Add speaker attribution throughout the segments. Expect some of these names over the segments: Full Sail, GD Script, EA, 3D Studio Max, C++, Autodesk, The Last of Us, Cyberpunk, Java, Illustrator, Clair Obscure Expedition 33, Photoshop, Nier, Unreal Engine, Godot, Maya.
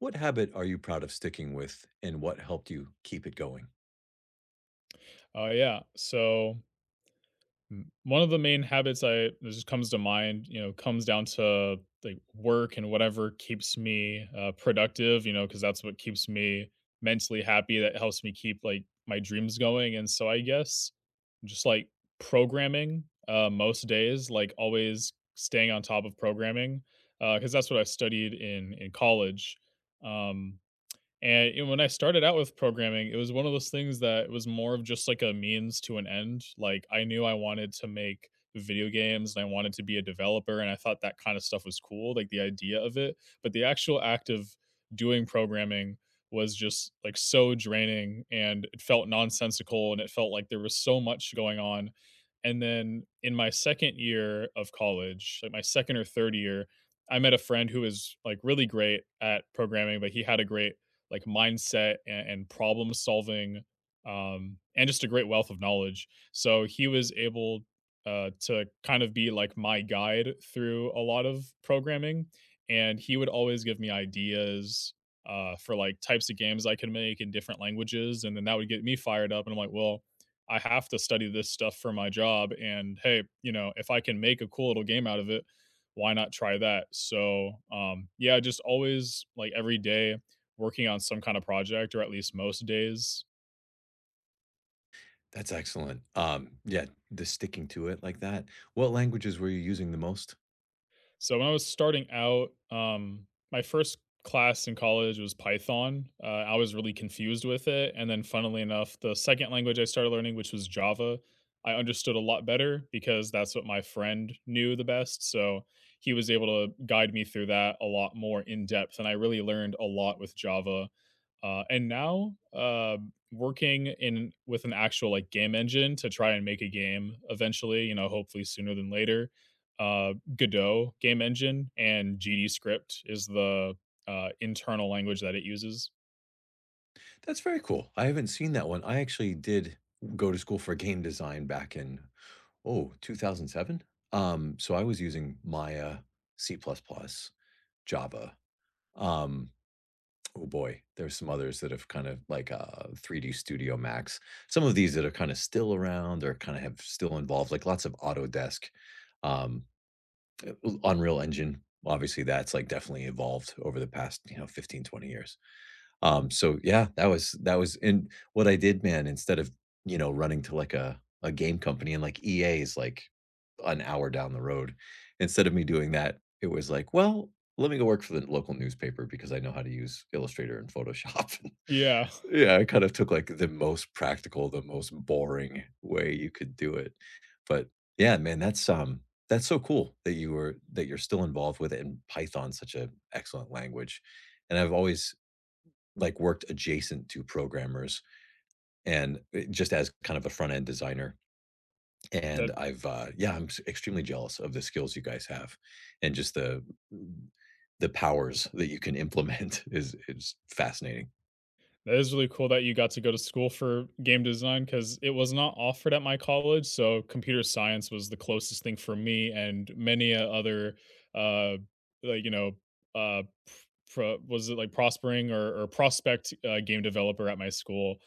Speaker 1: What habit are you proud of sticking with, and what helped you keep it going?
Speaker 2: Oh yeah. So one of the main habits I that just comes to mind, you know, comes down to like work and whatever keeps me productive, you know, because that's what keeps me mentally happy. That helps me keep like my dreams going. And so I guess just like programming most days, like always staying on top of programming, because that's what I studied in college. Um, and you know, when I started out with programming, it was one of those things that was more of just like a means to an end. Like I knew I wanted to make video games and I wanted to be a developer and I thought that kind of stuff was cool, like the idea of it, but the actual act of doing programming was just like so draining and it felt nonsensical and it felt like there was so much going on. And then in my second year of college, like my second or third year, I met a friend who was like really great at programming, but he had a great like mindset and problem solving and just a great wealth of knowledge. So he was able to kind of be like my guide through a lot of programming. And he would always give me ideas for like types of games I could make in different languages. And then that would get me fired up. And I'm like, well, I have to study this stuff for my job. And hey, you know, if I can make a cool little game out of it, why not try that? So, yeah, just always like every day working on some kind of project or at least most days.
Speaker 1: That's excellent. Yeah, the sticking to it like that. What languages were you using the most?
Speaker 2: So when I was starting out, my first class in college was Python. I was really confused with it. And then, funnily enough, the second language I started learning, which was Java, I understood a lot better because that's what my friend knew the best. So he was able to guide me through that a lot more in depth. And I really learned a lot with Java. Uh, and now, uh, working in with an actual like game engine to try and make a game eventually, you know, hopefully sooner than later. Godot game engine and GD script is the internal language that it uses.
Speaker 1: That's very cool. I haven't seen that one. I actually did go to school for game design back in, oh, 2007. So I was using Maya, C++, plus plus, Java. Um, Oh boy, there's some others that have kind of like 3D Studio Max. Some of these that are kinda still around or kinda have still involved, like lots of Autodesk, um, uh, Unreal Engine, obviously that's, like, definitely evolved over the past, you know, 15, 20 years. So yeah, that was and what I did, man, instead of, you know, running to like a game company, and like EA is like an hour down the road. Instead of me doing that, it was like, well, let me go work for the local newspaper because I know how to use Illustrator and Photoshop.
Speaker 2: Yeah,
Speaker 1: Yeah, I kind of took like the most practical, the most boring way you could do it. But yeah, man, that's that's so cool that you were that you're still involved with it, and Python's such an excellent language. And I've always like worked adjacent to programmers, and just as kind of a front end designer, and
Speaker 2: that
Speaker 1: I've yeah extremely jealous of the skills you guys have, and just the mm, the powers that you can implement is fascinating.
Speaker 2: That is really cool that you got to go to school for game design because it was not offered at my college. So computer science was the closest thing for me and many other, uh, like you know, uh, was it like prospering or prospect game developer at my school.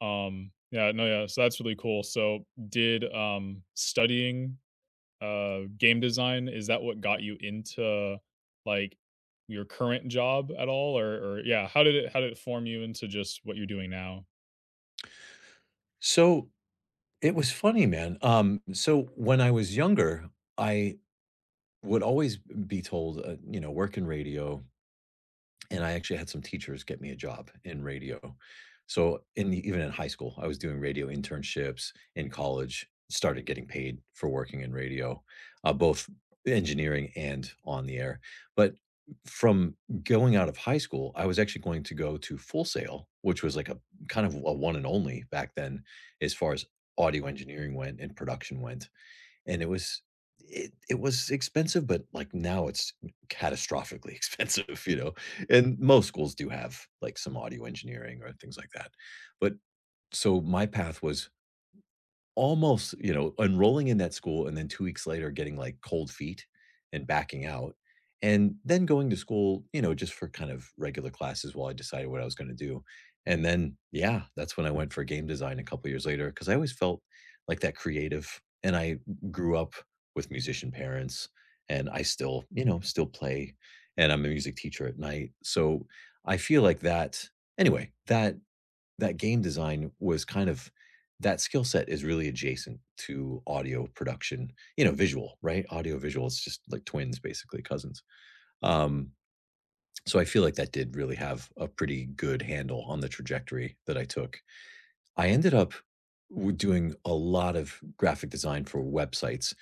Speaker 2: Yeah, no, yeah. So that's really cool. So did studying game design, is that what got you into, like, your current job at all? Or yeah, how did it form you into just what you're doing now?
Speaker 1: So it was funny, man. So when I was younger, I would always be told, you know, work in radio. And I actually had some teachers get me a job in radio. So in the even in high school, I was doing radio internships. In college, started getting paid for working in radio, both engineering and on the air. But from going out of high school, I was actually going to go to Full Sail, which was like a kind of a one and only back then as far as audio engineering went and production went. And it was it was expensive, but, like, now it's catastrophically expensive, you know? And most schools do have, like, some audio engineering or things like that. But so my path was almost, you know, enrolling in that school and then 2 weeks later getting, like, cold feet and backing out, and then going to school, you know, just for kind of regular classes while I decided what I was gonna do, and then, yeah, that's when I went for game design a couple years later because I always felt like that creative, and I grew up with musician parents, and I still, you know, still play, and I'm a music teacher at night, so I feel like that anyway, that that game design was kind of that skill set is really adjacent to audio production, you know, visual, right? Audio visual is just like twins, basically, cousins. Um, so I feel like that did really have a pretty good handle on the trajectory that I took. I ended up doing a lot of graphic design for websites,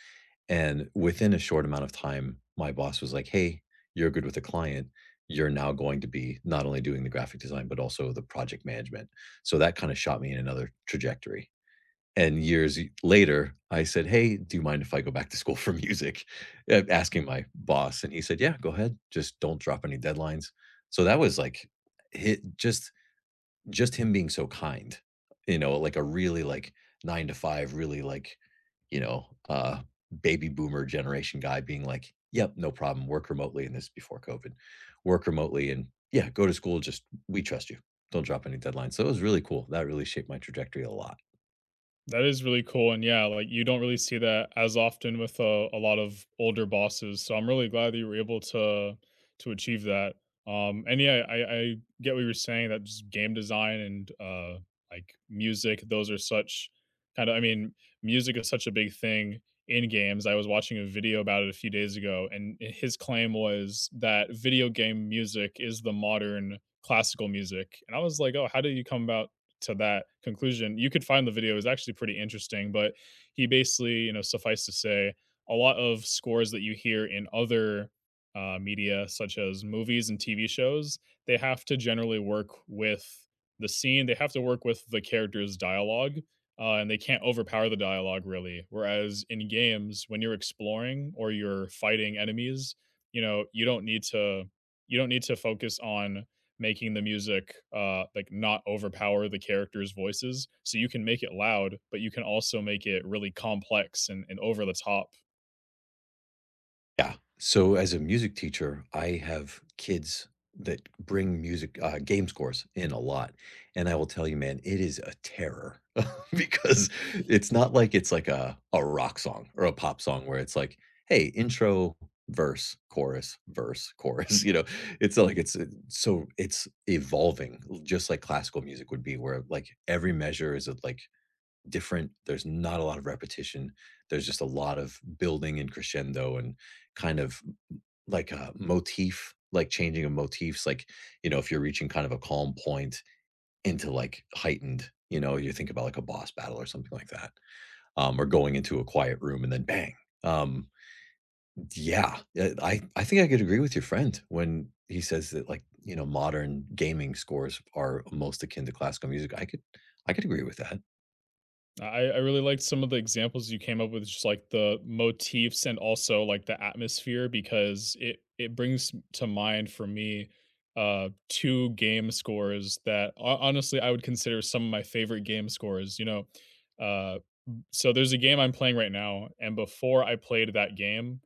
Speaker 1: and within a short amount of time, my boss was like, "Hey, you're good with the client. You're now going to be not only doing the graphic design, but also the project management." So that kind of shot me in another trajectory. And years later, I said, "Hey, do you mind if I go back to school for music?" Asking my boss, and he said, "Yeah, go ahead. Just don't drop any deadlines." So that was like, hit just him being so kind, you know, like a really, like, 9 to 5, really, like, you know, baby boomer generation guy being like, "Yep, no problem, work remotely," and this is before COVID, "Work remotely and yeah, go to school, just we trust you. Don't drop any deadlines." So it was really cool. That really shaped my trajectory a lot.
Speaker 2: That is really cool, and yeah, like, you don't really see that as often with a lot of older bosses, so I'm really glad that you were able to achieve that, and yeah, I get what you're saying that just game design and, like, music, those are such kinda. I mean, music is such a big thing in games. I was watching a video about it a few days ago, and his claim was that video game music is the modern classical music, and I was like, "Oh, how do you come about to that conclusion?" You could find the video; it was actually pretty interesting. But he basically, you know, suffice to say, a lot of scores that you hear in other media, such as movies and TV shows, they have to generally work with the scene. They have to work with the character's dialogue, and they can't overpower the dialogue really. Whereas in games, when you're exploring or you're fighting enemies, you know, you don't need to focus on making the music like not overpower the characters voices, so you can make it loud, but you can also make it really complex and over the top.
Speaker 1: Yeah. So as a music teacher, I have kids that bring music game scores in a lot, and I will tell you, man, it is a terror because it's not like it's like a rock song or a pop song where it's like, hey, intro, verse, chorus, verse, chorus. You know, it's not like it's so it's evolving, just like classical music would be, where like every measure is a, like different. There's not a lot of repetition. There's just a lot of building and crescendo and kind of like a motif, like changing of motifs. Like, you know, if you're reaching kind of a calm point into like heightened, you know, you think about like a boss battle or something like that, or going into a quiet room and then bang. Um, yeah, I think I could agree with your friend when he says that, like, you know, modern gaming scores are most akin to classical music. I could agree with that.
Speaker 2: I really liked some of the examples you came up with, just like the motifs and also like the atmosphere because it brings to mind for me two game scores that honestly I would consider some of my favorite game scores, you know. Uh so there's a game I'm playing right now, and before I played that game,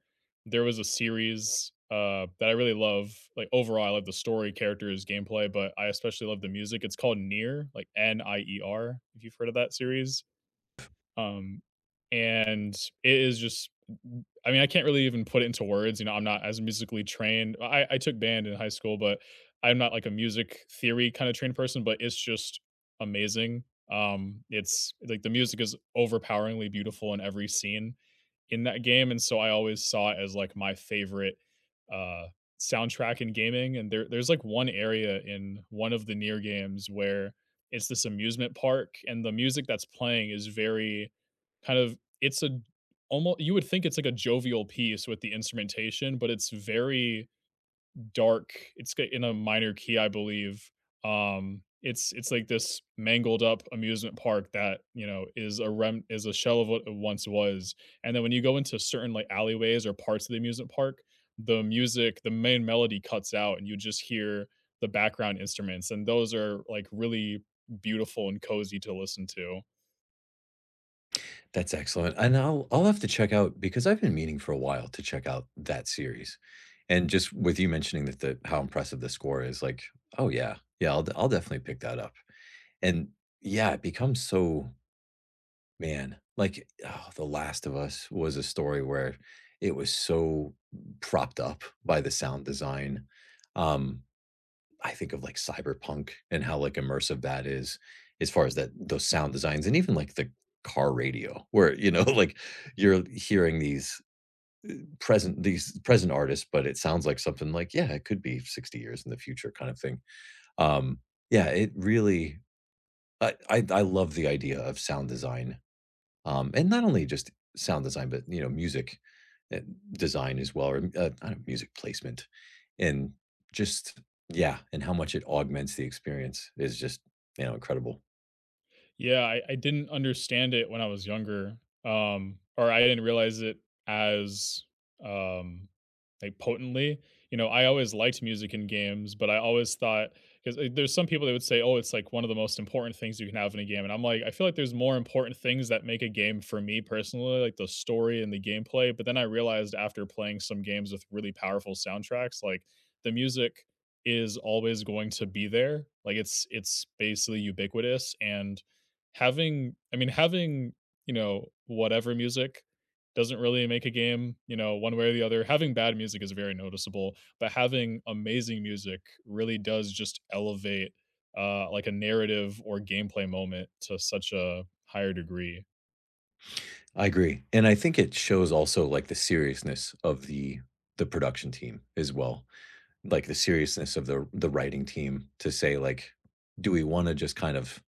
Speaker 2: there was a series that I really love. Like overall I love the story, characters, gameplay, but I especially love the music. It's called Near, like NIER, if you've heard of that series. um, and it is just, I mean, I can't really even put it into words, you know, I'm not as musically trained. I took band in high school, but I'm not like a music theory kinda trained person, but it's just amazing. It's like the music is overpoweringly beautiful in every scene in that game, and so I always saw it as like my favorite uh, soundtrack in gaming. And there's like one area in one of the near games where it's this amusement park, and the music that's playing is very kind of it's a almost you would think it's like a jovial piece with the instrumentation, but it's very dark. It's in a minor key, I believe. It's like this mangled up amusement park that you know is a shell of what it once was. And then when you go into certain like alleyways or parts of the amusement park, the music, the main melody cuts out, and you just hear the background instruments. And those are like really beautiful and cozy to listen to.
Speaker 1: That's excellent, and I'll have to check out because I've been meaning for a while to check out that series, and just with you mentioning that the how impressive the score is, like, oh yeah, yeah, I'll definitely pick that up. And yeah, it becomes so man, like, oh, The Last of Us was a story where it was so propped up by the sound design. Um, I think of, like, Cyberpunk and how, like, immersive that is as far as that those sound designs and even, like, the car radio where, you know, like, you're hearing these present artists, but it sounds like something like, yeah, it could be 60 years in the future kind of thing. Um, yeah, it really I love the idea of sound design, and not only just sound design, but, you know, music, eh, design as well, or, I don't music placement, and just yeah, and how much it augments the experience is just, you know, incredible.
Speaker 2: Yeah, I didn't understand it when I was younger, or I didn't realize it as um, like potently. You know, I always liked music in games, but I always thought because there's some people that would say, "Oh, it's like one of the most important things you can have in a game," and I'm like, I feel like there's more important things that make a game for me personally, like the story and the gameplay. But then I realized after playing some games with really powerful soundtracks, like the music is always going to be there, like it's basically ubiquitous, and having I mean, having, you know, whatever music doesn't really make a game, you know, one way or the other. Having bad music is very noticeable, but having amazing music really does just elevate like a narrative or gameplay moment to such a higher degree.
Speaker 1: I agree, and I think it shows also, like, the seriousness of the production team as well, like, the seriousness of the writing team to say, like, "Do we wanna just kind of"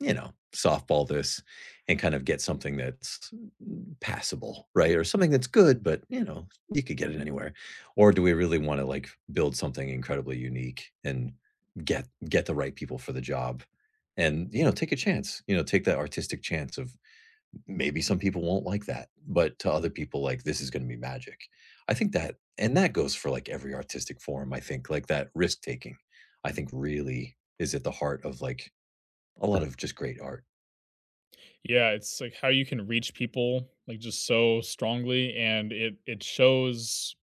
Speaker 1: you know, softball this and kind of get something that's passable, right? Or something that's good, but you know, you could get it anywhere. Or do we really want to like build something incredibly unique and get the right people for the job? And you know, take a chance. You know, take that artistic chance of maybe some people won't like that, but to other people, like this is going to be magic. I think that, and that goes for like every artistic form. I think like that risk taking. I think really is at the heart of like a lot of just great art.
Speaker 2: Yeah, it's like how you can reach people like just so strongly, and it shows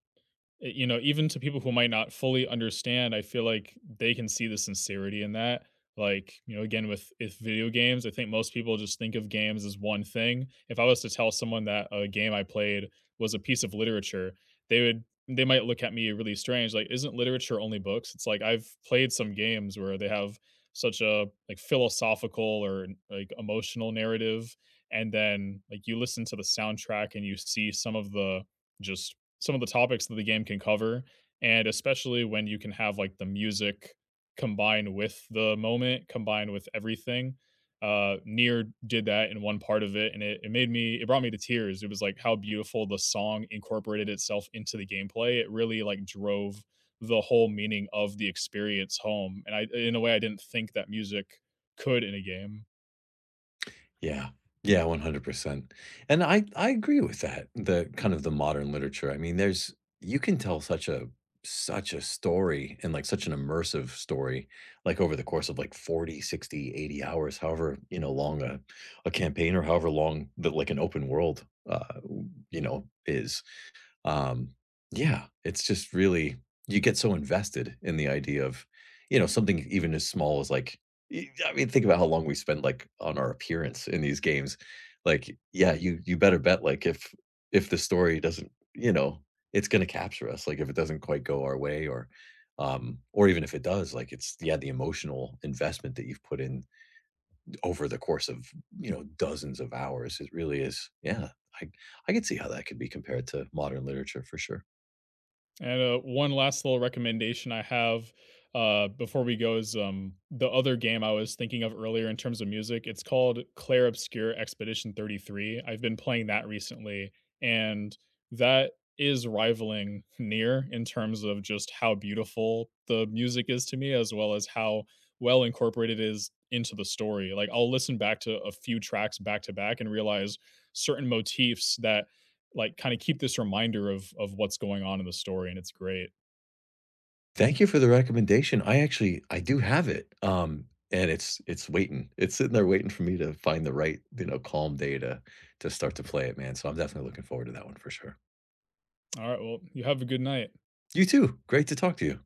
Speaker 2: you know, even to people who might not fully understand, I feel like they can see the sincerity in that. Like, you know, again, with if video games, I think most people just think of games as one thing. If I was to tell someone that a game I played was a piece of literature, they might look at me really strange. Like, isn't literature only books? It's like I've played some games where they have such a like philosophical or like emotional narrative. And then like you listen to the soundtrack and you see some of the just some of the topics that the game can cover, and especially when you can have like the music combined with the moment combined with everything. Near did that in one part of it, and it brought me to tears. It was like how beautiful the song incorporated itself into the gameplay. It really like drove the whole meaning of the experience home, and I, in a way, I didn't think that music could in a game.
Speaker 1: Yeah. Yeah, 100%. And I agree with that, the kind of the modern literature. I mean, there's you can tell such a such a story and like such an immersive story like over the course of like 40, 60, 80 hours, however, you know, long a campaign or however long that like an open world you know, is. Um, yeah, it's just really you get so invested in the idea of, you know, something even as small as like y I mean, think about how long we spend, like, on our appearance in these games. Like, yeah, you better bet, like, if the story doesn't you know, it's gonna capture us, like, if it doesn't quite go our way or even if it does, like, it's yeah, the emotional investment that you've put in over the course of, you know, dozens of hours. It really is yeah, I I could see how that could be compared to modern literature for sure.
Speaker 2: And one last little recommendation I have before we go is, the other game I was thinking of earlier in terms of music. It's called Clair Obscure Expedition 33. I've been playing that recently, and that is rivaling Near in terms of just how beautiful the music is to me, as well as how well incorporated it is into the story. Like, I'll listen back to a few tracks back to back and realize certain motifs that like kind of keep this reminder of what's going on in the story, and it's great.
Speaker 1: Thank you for the recommendation. I actually I do have it, and it's waiting. It's sitting there waiting for me to find the right, you know, calm day to start to play it, man, so I'm definitely looking forward to that one for sure.
Speaker 2: All right, well, you have a good night.
Speaker 1: You too. Great to talk to you.